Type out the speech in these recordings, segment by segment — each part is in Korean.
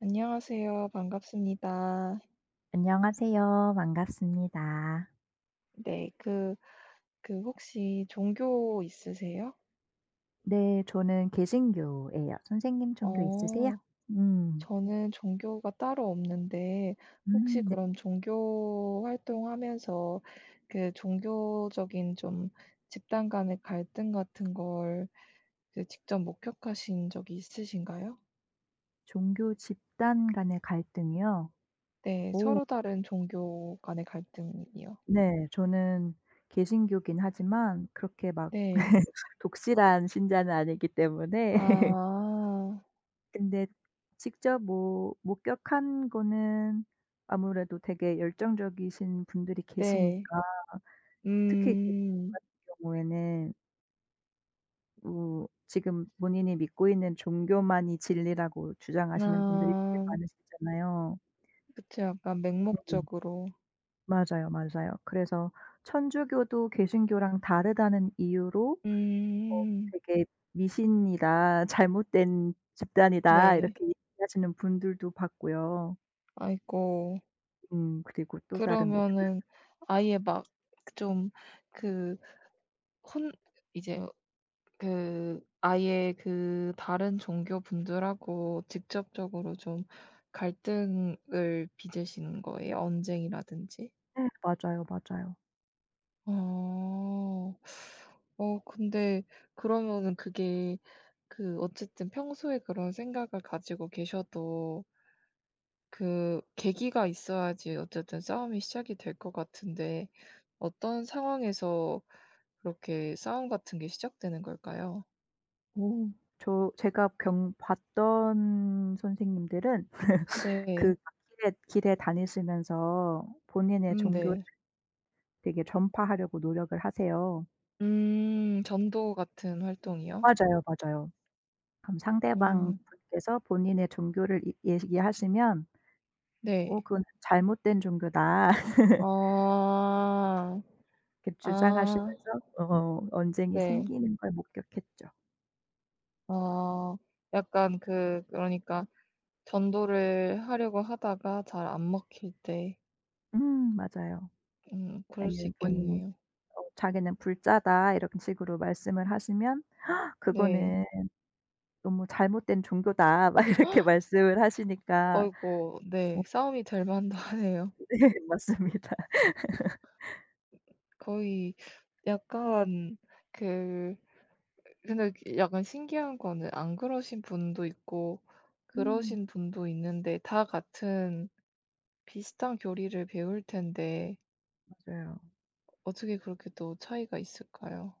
안녕하세요. 반갑습니다. 안녕하세요. 반갑습니다. 네. 그 혹시 종교 있으세요? 네, 저는 개신교예요. 선생님 종교 있으세요? 어. 음. 저는 종교가 따로 없는데 혹시 음, 네. 그럼 종교 활동하면서 그 종교적인 좀 집단 간의 갈등 같은 걸 이제 직접 목격하신 적이 있으신가요? 종교 집단 간의 갈등이요? 네. 오, 서로 다른 종교 간의 갈등이요. 네. 저는 개신교긴 하지만 그렇게 막 네. 독실한 신자는 아니기 때문에 아. 근데 직접 뭐 목격한 거는 아무래도 되게 열정적이신 분들이 계시니까 네. 특히 개신교 음. 같은 경우에는 뭐 지금 본인이 믿고 있는 종교만이 진리라고 주장하시는 분들이 되게 아. 많으시잖아요. 그쵸. 약간 음. 맹목적으로. 맞아요, 맞아요. 그래서 천주교도 개신교랑 다르다는 이유로 어 음. 되게 "미신이다. 잘못된 집단이다." 네. 이렇게 얘기하시는 분들도 봤고요. 아이고. 그리고 또 다른 뭐 그러면은 불 아예 막 좀 그 혼 이제 그 아예 그 다른 종교 분들하고 직접적으로 좀 갈등을 빚으시는 거예요? 언쟁이라든지? 예, 맞아요, 맞아요. 어. 근데 그러면은 그게 그 어쨌든 평소에 그런 생각을 가지고 계셔도 그 계기가 있어야지 어쨌든 싸움이 시작이 될 것 같은데 어떤 상황에서 그렇게 싸움 같은 게 시작되는 걸까요? 오, 제가 경 봤던 선생님들은 그 네. 길에 다니시면서 본인의 종교 네. 되게 전파하려고 노력을 하세요. 전도 같은 활동이요? 맞아요, 맞아요. 그럼 상대방 음 분께서 본인의 종교를 이 얘기하시면 "어 네. 그건 잘못된 종교다." 아. 이렇게 아 주장하시면서 언쟁이 네. 생기는 걸 목격했죠. 어 약간 그러니까 전도를 하려고 하다가 잘 안 먹힐 때 음, 맞아요. 그럴 수 아니면 본인이 있겠네요. "자기는 불자다." 이런 식으로 말씀을 하시면 네. "그거는 너무 잘못된 종교다." 막 이렇게 말씀을 하시니까 어이고 어 네. 싸움이 될 만도 하네요. 네, 맞습니다. 거의 약간 그 근데 그 약간 신기한 거는 안 그러신 분도 있고 음, 그러신 분도 있는데 다 같은 비슷한 교리를 배울 텐데 맞아요. 어떻게 그렇게 또 차이가 있을까요?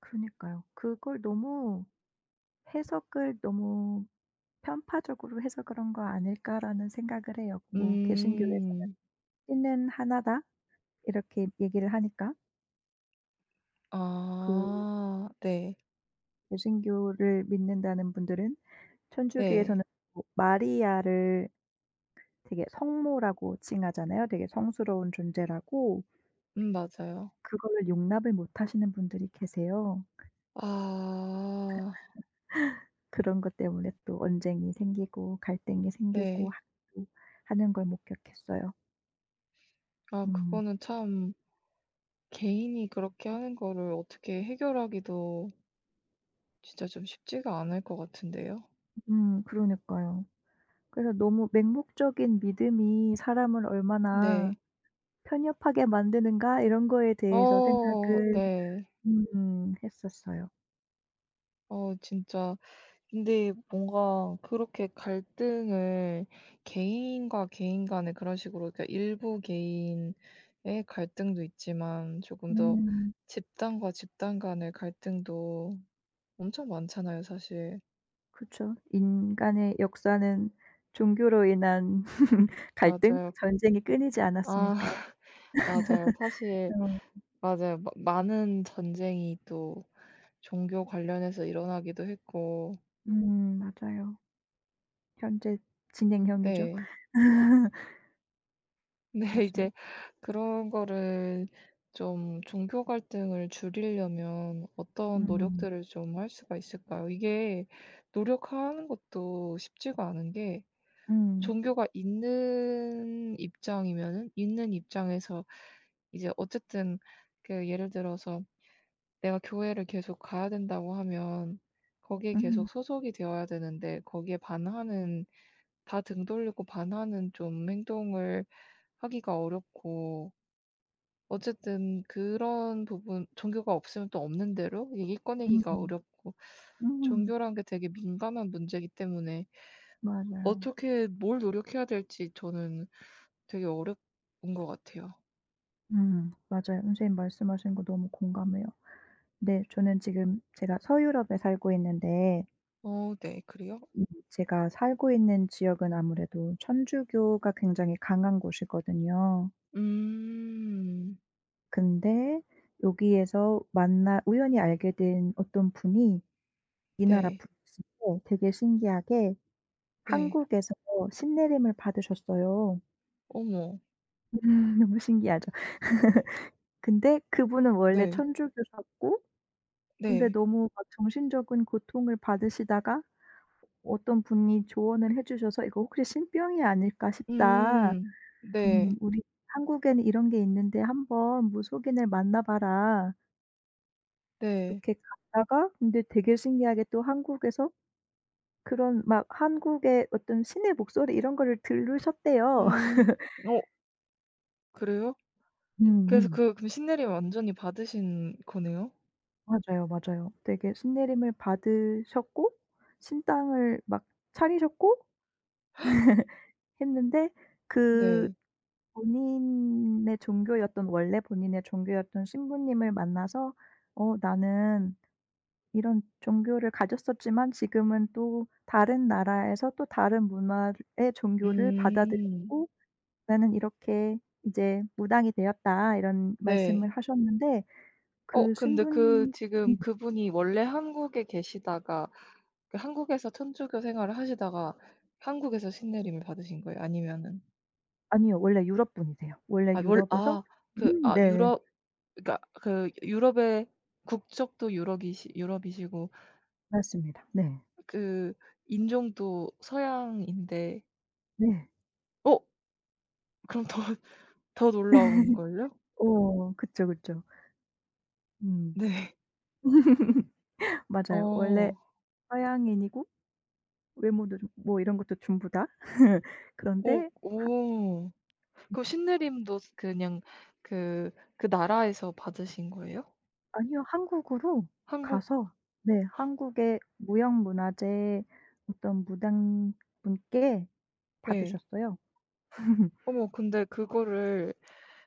그니까요. 그걸 너무 해석을 너무 편파적으로 해서 그런 거 아닐까라는 생각을 해요. 뭐 개신교에서는 음. '신은 하나다.' 이렇게 얘기를 하니까 그 아 네. 개신교를 믿는다는 분들은, 네. 천주교에서는 뭐 마리아를 되게 성모라고 칭하잖아요. 되게 성스러운 존재라고. 맞아요. 그거를 용납을 못 하시는 분들이 계세요. 아 그런 것 때문에 또 언쟁이 생기고 갈등이 생기고 네. 하고 하는 걸 목격했어요. 아 음. 그거는 참 개인이 그렇게 하는 거를 어떻게 해결하기도 진짜 좀 쉽지가 않을 것 같은데요. 그러니까요. 그래서 너무 '맹목적인 믿음이 사람을 얼마나 네. 편협하게 만드는가.' 이런 거에 대해서 어 생각을 네. 했었어요. 어 진짜 근데 뭔가 그렇게 갈등을 개인과 개인 간의 그런 식으로 그러니까 일부 개인의 갈등도 있지만 조금 더 음 집단과 집단 간의 갈등도 엄청 많잖아요 사실. 그죠 인간의 역사는 종교로 인한 갈등, 맞아요. 전쟁이 끊이지 아 않았으니까요. 맞아요. 사실 어 맞아요. 마 많은 전쟁이 또 종교 관련해서 일어나기도 했고 맞아요. 현재 진행형이죠. 네. 네 맞아요. 이제 그런 거를 좀 종교 갈등을 줄이려면 어떤 음. 노력들을 좀 할 수가 있을까요? 이게 노력하는 것도 쉽지가 않은 게 음. 종교가 있는 입장이면은 있는 입장에서 이제 어쨌든 그 예를 들어서 내가 교회를 계속 가야 된다고 하면 거기에 음. 계속 소속이 되어야 되는데 거기에 반하는 다 등 돌리고 반하는 좀 행동을 하기가 어렵고 어쨌든 그런 부분 종교가 없으면 또 없는 대로 얘기 음. 꺼내기가 어렵고 음. 종교란 게 되게 민감한 문제이기 때문에 맞아요. 어떻게 뭘 노력해야 될지 저는 되게 어려운 것 같아요. 맞아요. 선생님 말씀하신 거 너무 공감해요. 네. 저는 지금 제가 서유럽에 살고 있는데, 어 네. 그래요? 제가 살고 있는 지역은 아무래도 천주교가 굉장히 강한 곳이거든요. 음. 근데 여기에서 만나 우연히 알게 된 어떤 분이, 이 나라 네. 분이신데, 되게 신기하게 네. 한국에서 신내림을 받으셨어요. 어머. 너무 신기하죠. 근데 그분은 원래 네. 천주교셨고, 근데 네. 너무 막 정신적인 고통을 받으시다가 어떤 분이 조언을 해 주셔서, "이거 혹시 신병이 아닐까 싶다. 음. 네. 우리 한국에는 이런 게 있는데 한번 무속인을 만나 봐라." 네. 이렇게 갔다가, 근데 되게 신기하게 또 한국에서 그런 막 한국의 어떤 신의 목소리 이런 거를 들으셨대요. 음. 어 그래요? 그래서 음음. 그럼 신내림 완전히 받으신 거네요? 맞아요, 맞아요. 되게 신내림을 받으셨고 신당을 막 차리셨고 했는데, 그 네. 본인의 종교였던 원래 본인의 종교였던 신부님을 만나서 "어 나는 이런 종교를 가졌었지만 지금은 또 다른 나라에서 또 다른 문화의 종교를 음. 받아들였고, 나는 이렇게 이제 무당이 되었다." 이런 말씀을 네. 하셨는데, 어 그 근데 그 신부님, 음 지금 그분이 원래 한국에 계시다가 그 한국에서 천주교 생활을 하시다가 한국에서 신내림을 받으신 거예요? 아니면은 아니요. 원래 유럽 분이세요. 원래 아 월 유럽에서. 아 그 음, 아 네. 유럽 그니까 그 유럽의 국적도 유럽이시고 맞습니다. 네. 그 인종도 서양인데 네. 어 그럼 더 더 놀라운걸요? 그쵸, 그쵸. 음. 네. 맞아요. 원래 어. 서양인이고 외모도 좀 뭐 이런 것도 전부 다. 오 그런데, 하 오. 그럼 신내림도 그냥 그 그 나라에서 받으신 거예요? 아니요. 한국으로 한국 가서, 네, 한국의 무형문화재 어떤 무당분께 네. 받으셨어요. 어머 근데 그거를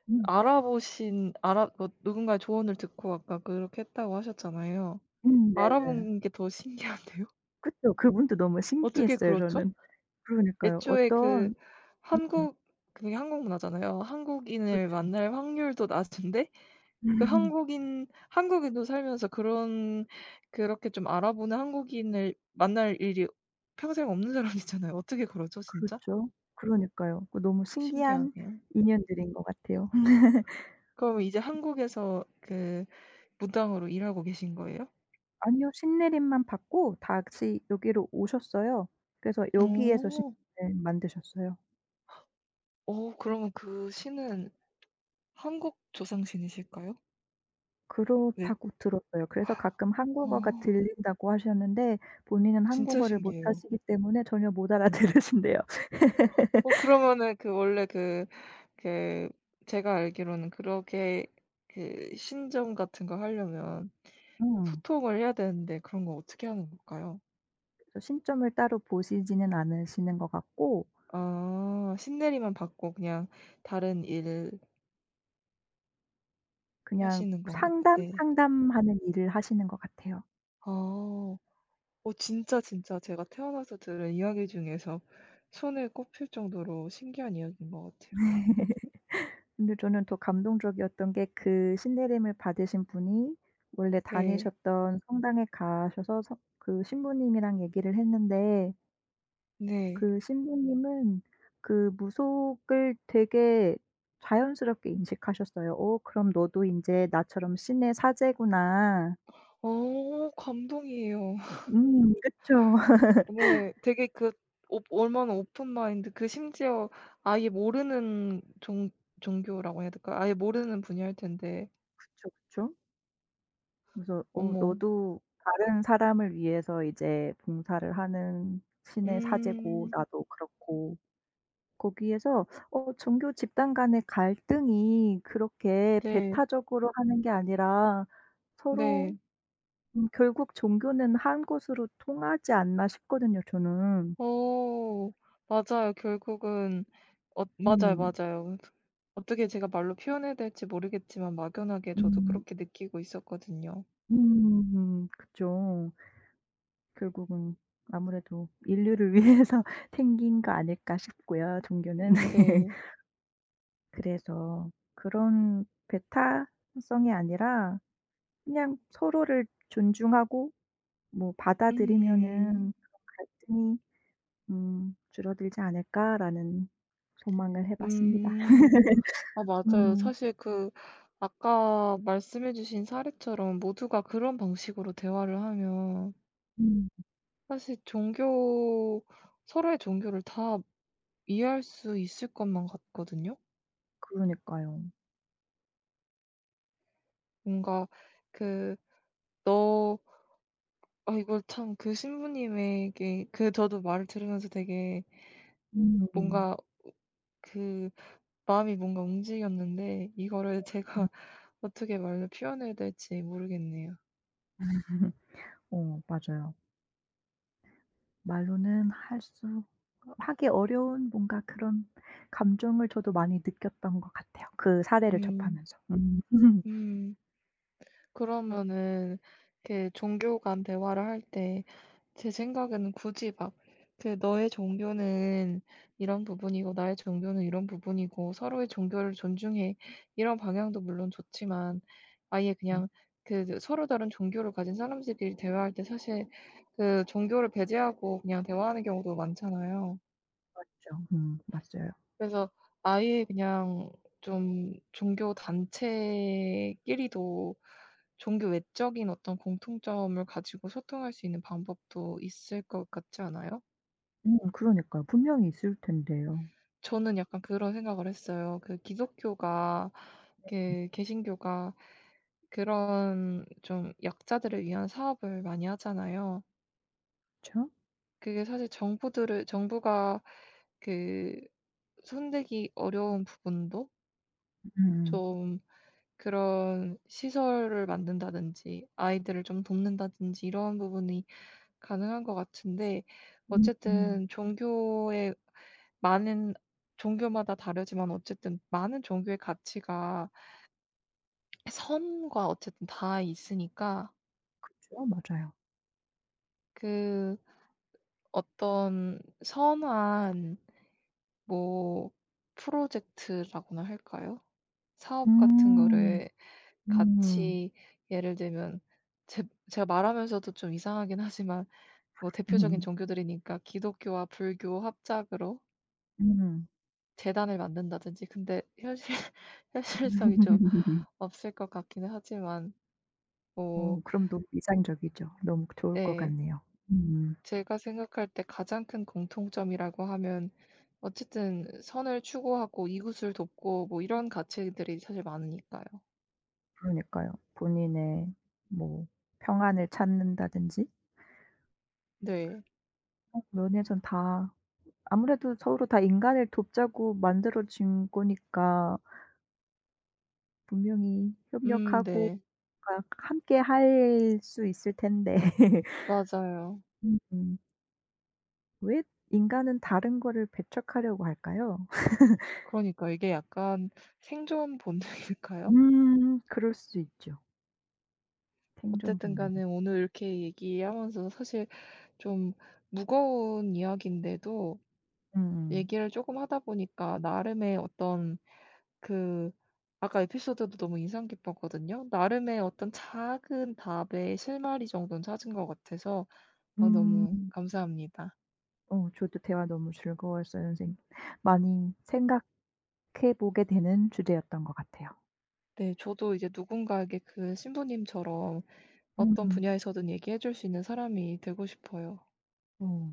음. 알아보신 알아 뭐 누군가의 조언을 듣고 아까 그렇게 했다고 하셨잖아요. 음, 네. 알아본 게 더 신기한데요. 그쵸. 그분도 너무 어떻게 신기했어요 그렇죠? 저는. 그러니까요. 애초에 그 어떤 음 한국 그게 한국 문화잖아요. 그렇 한국인을 죠 만날 확률도 낮은데 그 한국인도 살면서 그런 그렇게 좀 알아보는 한국인을 만날 일이 평생 없는 사람이잖아요. 어떻게 그러죠 진짜? 그렇죠. 그러니까요. 그 너무 신기한 신기하네요. 인연들인 것 같아요. 그럼 이제 한국에서 그 무당으로 일하고 계신 거예요? 아니요. 신내림만 받고 다시 여기로 오셨어요. 그래서 여기에서 오, 신내림 만드셨어요. 어 그러면 그 신은 한국 조상신이실까요? 네. 그렇다고 들었어요. 그래서 가끔 한국어가 아 들린다고 하셨는데, 본인은 진짜 한국어를 신기해요. 못하시기 때문에 전혀 못 알아들으신대요. 어 그러면은 그 원래 그 제가 알기로는 그렇게 그 신점 같은 거 하려면 음. 소통을 해야 되는데 그런 거 어떻게 하는 걸까요? 그래서 신점을 따로 보시지는 않으시는 것 같고, 아 신내리만 받고 그냥 다른 일 그냥 하시는 건가 봐 상담, 네. 상담하는 일을 하시는 것 같아요. 아. 어 진짜, 진짜 제가 태어나서 들은 이야기 중에서 손을 꼽힐 정도로 신기한 이야기인 것 같아요. 근데 저는 더 감동적이었던 게, 그 신내림을 받으신 분이 원래 네. 다니셨던 성당에 가셔서 서 그 신부님이랑 얘기를 했는데, 네. 그 신부님은 그 무속을 되게 자연스럽게 인식하셨어요. "어 그럼 너도 이제 나처럼 신의 사제구나." 어 감동이에요. 음, 그쵸. 네. 되게 그 얼마나 오픈 마인드 그 심지어 아예 모르는 종 종교라고 해야 될까요? 아예 모르는 분야일 텐데. 그쵸, 그쵸. 그래서 "어 어머. 너도 다른 사람을 위해서 이제 봉사를 하는 신의 사제고, 음. 나도 그렇고." 거기에서 종교 집단 간의 갈등이 그렇게 네. 배타적으로 하는 게 아니라 서로, 네. 결국 종교는 한 곳으로 통하지 않나 싶거든요 저는. 어 맞아요. 결국은 어 맞아요, 음. 맞아요. 어떻게 제가 말로 표현해야 될지 모르겠지만 막연하게 저도 음. 그렇게 느끼고 있었거든요. 음. 그쵸. 결국은 아무래도 인류를 위해서 생긴 거 아닐까 싶고요 종교는. 네. 그래서 그런 배타성이 아니라 그냥 서로를 존중하고 뭐 음. 받아들이면은 그런 갈등이 줄어들지 않을까라는 소망을 해 봤습니다. 음. 아 맞아요. 음. 사실 그 아까 말씀해 주신 사례처럼 모두가 그런 방식으로 대화를 하면 음. 사실 종교 서로의 종교를 다 이해할 수 있을 것만 같거든요. 그러니까요. 뭔가 그 너 아 이걸 참 그 신부님에게 그 저도 말을 들으면서 되게 음. 뭔가 그 마음이 뭔가 움직였는데 이거를 음. 제가 어떻게 말로 표현해야 될지 모르겠네요. 맞아요. 말로는 할 수 하기 어려운 뭔가 그런 감정을 저도 많이 느꼈던 것 같아요, 그 사례를 음. 접하면서. 음. 음. 그러면은 그 종교 간 대화를 할때 제 생각에는 굳이 막 그 너의 종교는 이런 부분이고 나의 종교는 이런 부분이고 서로의 종교를 존중해 이런 방향도 물론 좋지만 아예 음 그냥 그 서로 다른 종교를 가진 사람들끼리 대화할 때 사실 그 종교를 배제하고 그냥 대화하는 경우도 많잖아요. 맞죠. 맞아요. 그래서 아예 그냥 좀 종교 단체끼리도 종교 외적인 어떤 공통점을 가지고 소통할 수 있는 방법도 있을 것 같지 않아요? 그러니까요. 분명히 있을 텐데요. 저는 약간 그런 생각을 했어요. 그 기독교가 그 개신교가 그런 좀 약자들을 위한 사업을 많이 하잖아요. 그쵸? 그게 사실 정부들을 정부가 그 손대기 어려운 부분도 음. 좀 그런 시설을 만든다든지 아이들을 좀 돕는다든지 이런 부분이 가능한 것 같은데 음. 어쨌든 종교의 많은 종교마다 다르지만 어쨌든 많은 종교의 가치가 선과 어쨌든 다 있으니까 그쵸. 맞아요. 그 어떤 선한 뭐 프로젝트라고나 할까요? 사업 같은 음. 거를 음. 같이 예를 들면 제 제가 말하면서도 좀 이상하긴 하지만 뭐 대표적인 음. 종교들이니까 기독교와 불교 합작으로 음. 재단을 만든다든지 근데 현실 현실성이 좀 없을 것 같기는 하지만 뭐 그럼 너무 이상적이죠. 너무 좋을 것 네. 같네요. 음. 제가 생각할 때 가장 큰 공통점이라고 하면 어쨌든 선을 추구하고 이웃을 돕고 뭐 이런 가치들이 사실 많으니까요. 그러니까요. 본인의 뭐 평안을 찾는다든지, 네. 면에선 다 아무래도 서로 다 인간을 돕자고 만들어진 거니까 분명히 협력하고 네. 뭔가 함께 할 수 있을 텐데. 맞아요. 음 왜 인간은 다른 거를 배척하려고 할까요? 그러니까 이게 약간 생존 본능일까요? 그럴 수 있죠, 생존 어쨌든 본능. 간에 오늘 이렇게 얘기하면서 사실 좀 무거운 이야기인데도 음음. 얘기를 조금 하다 보니까 나름의 어떤 그 아까 에피소드도 너무 인상 깊었거든요. 나름의 어떤 작은 답의 실마리 정도는 찾은 것 같아서 어 음. 너무 감사합니다. 저도 대화 너무 즐거웠어요 선생님. 많이 생각해 보게 되는 주제였던 것 같아요. 네, 저도 이제 누군가에게 그 신부님처럼 어떤 음. 분야에서든 얘기해 줄 수 있는 사람이 되고 싶어요. 어.